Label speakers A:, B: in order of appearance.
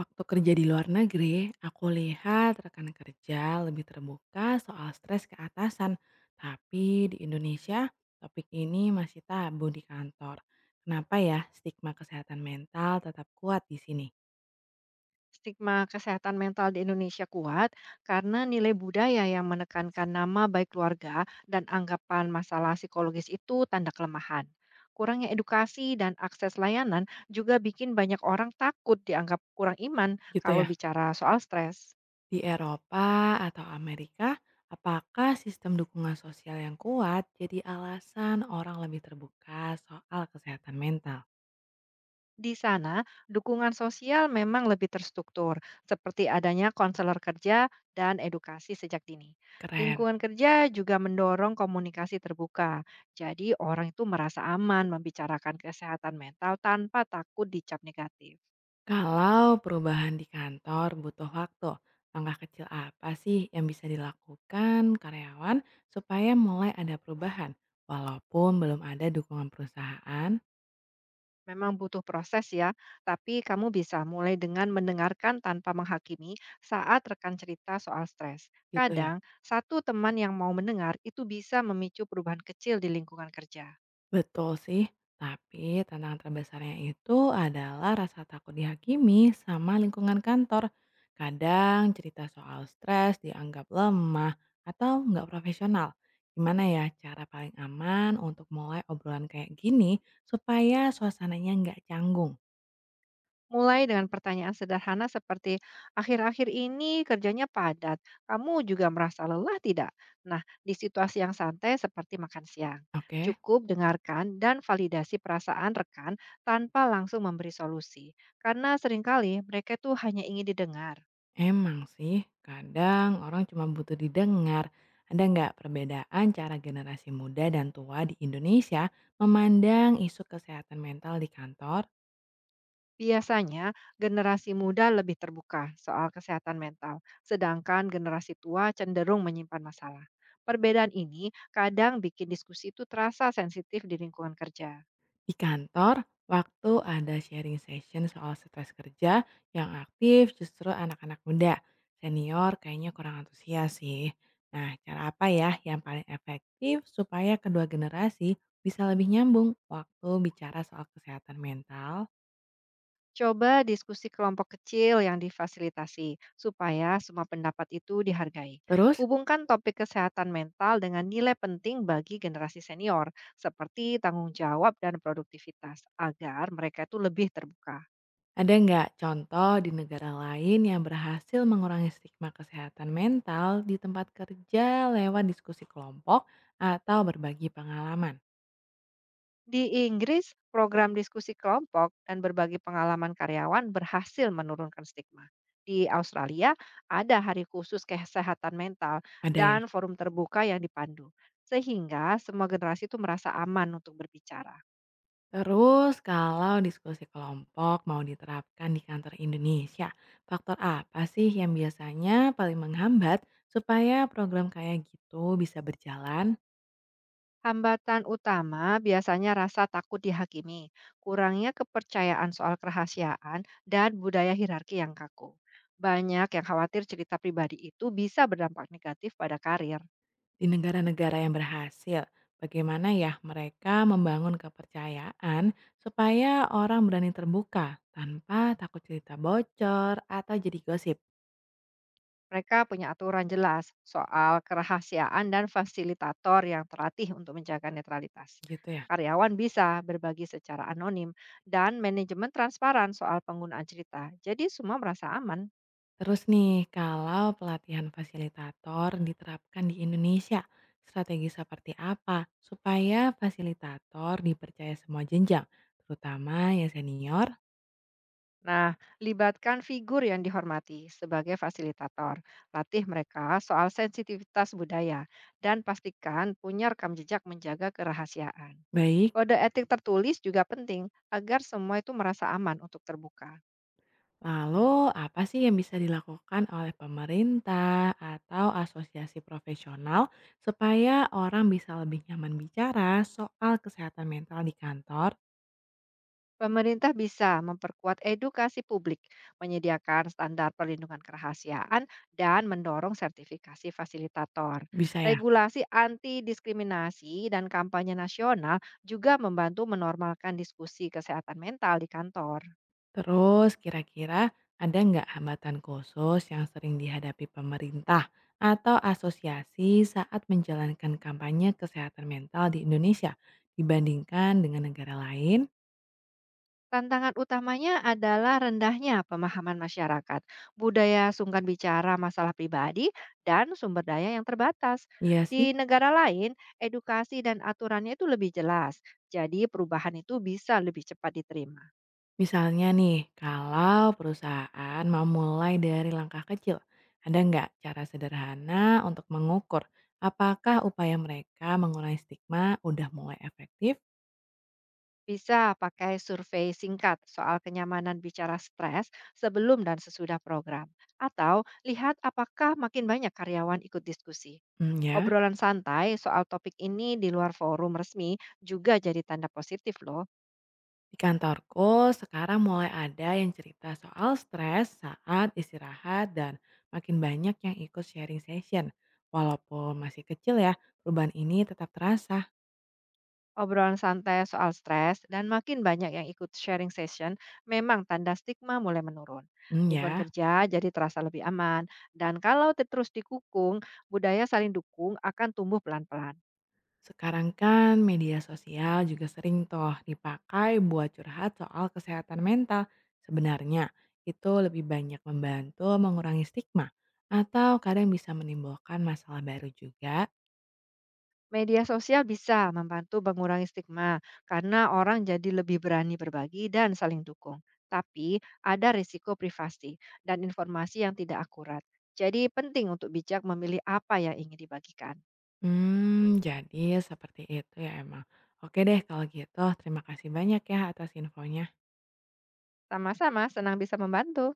A: Waktu kerja di luar negeri, aku lihat rekan kerja lebih terbuka soal stres ke atasan. Tapi di Indonesia, topik ini masih tabu di kantor. Kenapa ya stigma kesehatan mental tetap kuat di sini?
B: Stigma kesehatan mental di Indonesia kuat karena nilai budaya yang menekankan nama baik keluarga dan anggapan masalah psikologis itu tanda kelemahan. Kurangnya edukasi dan akses layanan juga bikin banyak orang takut dianggap kurang iman
A: Gitu
B: kalau
A: ya.
B: bicara soal stres.
A: Di Eropa atau Amerika, apakah sistem dukungan sosial yang kuat jadi alasan orang lebih terbuka soal kesehatan mental?
B: Di sana, dukungan sosial memang lebih terstruktur, seperti adanya konselor kerja dan edukasi sejak dini.
A: Keren.
B: Lingkungan kerja juga mendorong komunikasi terbuka, jadi orang itu merasa aman membicarakan kesehatan mental tanpa takut dicap negatif.
A: Kalau perubahan di kantor butuh waktu, langkah kecil apa sih yang bisa dilakukan karyawan supaya mulai ada perubahan walaupun belum ada dukungan perusahaan?
B: Memang butuh proses ya, tapi kamu bisa mulai dengan mendengarkan tanpa menghakimi saat rekan cerita soal stres.
A: Gitu ya.
B: Kadang, satu teman yang mau mendengar itu bisa memicu perubahan kecil di lingkungan kerja.
A: Betul sih, tapi tantangan terbesarnya itu adalah rasa takut dihakimi sama lingkungan kantor. Kadang cerita soal stres dianggap lemah atau nggak profesional. Gimana ya cara paling aman untuk mulai obrolan kayak gini supaya suasananya nggak canggung?
B: Mulai dengan pertanyaan sederhana seperti, akhir-akhir ini kerjanya padat, kamu juga merasa lelah tidak? Nah, di situasi yang santai seperti makan siang.
A: Oke,
B: Cukup dengarkan dan validasi perasaan rekan tanpa langsung memberi solusi. Karena seringkali mereka itu hanya ingin didengar.
A: emang sih kadang orang cuma butuh didengar. Ada nggak perbedaan cara generasi muda dan tua di Indonesia memandang isu kesehatan mental di kantor?
B: Biasanya generasi muda lebih terbuka soal kesehatan mental, sedangkan generasi tua cenderung menyimpan masalah. Perbedaan ini kadang bikin diskusi itu terasa sensitif di lingkungan kerja.
A: Di kantor, waktu ada sharing session soal stres kerja, yang aktif justru anak-anak muda. Senior kayaknya kurang antusias sih. Nah, cara apa ya yang paling efektif supaya kedua generasi bisa lebih nyambung waktu bicara soal kesehatan mental?
B: Coba diskusi kelompok kecil yang difasilitasi, supaya semua pendapat itu dihargai.
A: Terus,
B: Hubungkan topik kesehatan mental dengan nilai penting bagi generasi senior, seperti tanggung jawab dan produktivitas, agar mereka itu lebih terbuka.
A: ada nggak contoh di negara lain yang berhasil mengurangi stigma kesehatan mental di tempat kerja lewat diskusi kelompok atau berbagi pengalaman?
B: Di Inggris, program diskusi kelompok dan berbagi pengalaman karyawan berhasil menurunkan stigma. Di Australia, ada hari khusus kesehatan mental
A: Ada ya?
B: dan forum terbuka yang dipandu, sehingga semua generasi itu merasa aman untuk berbicara.
A: Terus kalau diskusi kelompok mau diterapkan di kantor Indonesia, faktor apa sih yang biasanya paling menghambat supaya program kayak gitu bisa berjalan
B: Hambatan utama biasanya rasa takut dihakimi, kurangnya kepercayaan soal kerahasiaan, dan budaya hierarki yang kaku. Banyak yang khawatir cerita pribadi itu bisa berdampak negatif pada karir.
A: di negara-negara yang berhasil? Bagaimana ya mereka membangun kepercayaan supaya orang berani terbuka tanpa takut cerita bocor atau jadi gosip
B: Mereka punya aturan jelas soal kerahasiaan dan fasilitator yang terlatih untuk menjaga netralitas.
A: gitu ya?
B: Karyawan bisa berbagi secara anonim dan manajemen transparan soal penggunaan cerita. Jadi semua merasa aman.
A: Terus nih, kalau pelatihan fasilitator diterapkan di Indonesia, strategi seperti apa supaya fasilitator dipercaya semua jenjang, terutama yang senior?
B: Nah, libatkan figur yang dihormati sebagai fasilitator. Latih mereka soal sensitivitas budaya dan pastikan punya rekam jejak menjaga kerahasiaan.
A: Baik,
B: Kode etik tertulis juga penting agar semua itu merasa aman untuk terbuka.
A: lalu apa sih yang bisa dilakukan oleh pemerintah atau asosiasi profesional supaya orang bisa lebih nyaman bicara soal kesehatan mental di kantor?
B: Pemerintah bisa memperkuat edukasi publik, menyediakan standar perlindungan kerahasiaan, dan mendorong sertifikasi fasilitator.
A: Bisa ya.
B: Regulasi anti diskriminasi dan kampanye nasional juga membantu menormalkan diskusi kesehatan mental di kantor.
A: Terus kira-kira ada nggak hambatan khusus yang sering dihadapi pemerintah atau asosiasi saat menjalankan kampanye kesehatan mental di Indonesia dibandingkan dengan negara lain?
B: Tantangan utamanya adalah rendahnya pemahaman masyarakat, budaya sungkan bicara masalah pribadi, dan sumber daya yang terbatas.
A: Iya
B: Di
A: sih,
B: negara lain, edukasi dan aturannya itu lebih jelas, jadi perubahan itu bisa lebih cepat diterima.
A: misalnya nih kalau perusahaan mau mulai dari langkah kecil, ada nggak cara sederhana untuk mengukur apakah upaya mereka mengurangi stigma udah mulai efektif?
B: Bisa pakai survei singkat soal kenyamanan bicara stres sebelum dan sesudah program, atau lihat apakah makin banyak karyawan ikut diskusi.
A: Hmm, ya.
B: Obrolan santai soal topik ini di luar forum resmi juga jadi tanda positif, loh.
A: Di kantorku sekarang mulai ada yang cerita soal stres saat istirahat dan makin banyak yang ikut sharing session. Walaupun masih kecil ya, perubahan ini tetap terasa.
B: Obrolan santai soal stres dan makin banyak yang ikut sharing session memang tanda stigma mulai menurun.
A: Hmm
B: Lingkungan
A: ya,
B: kerja jadi terasa lebih aman dan kalau terus dikukung, budaya saling dukung akan tumbuh pelan-pelan.
A: sekarang kan media sosial juga sering toh dipakai buat curhat soal kesehatan mental. Sebenarnya itu lebih banyak membantu mengurangi stigma atau kadang bisa menimbulkan masalah baru juga.
B: Media sosial bisa membantu mengurangi stigma karena orang jadi lebih berani berbagi dan saling dukung. Tapi ada risiko privasi dan informasi yang tidak akurat. Jadi penting untuk bijak memilih apa yang ingin dibagikan.
A: Hmm, jadi seperti itu ya emang. Oke deh kalau gitu terima kasih banyak ya atas infonya.
B: Sama-sama senang bisa membantu.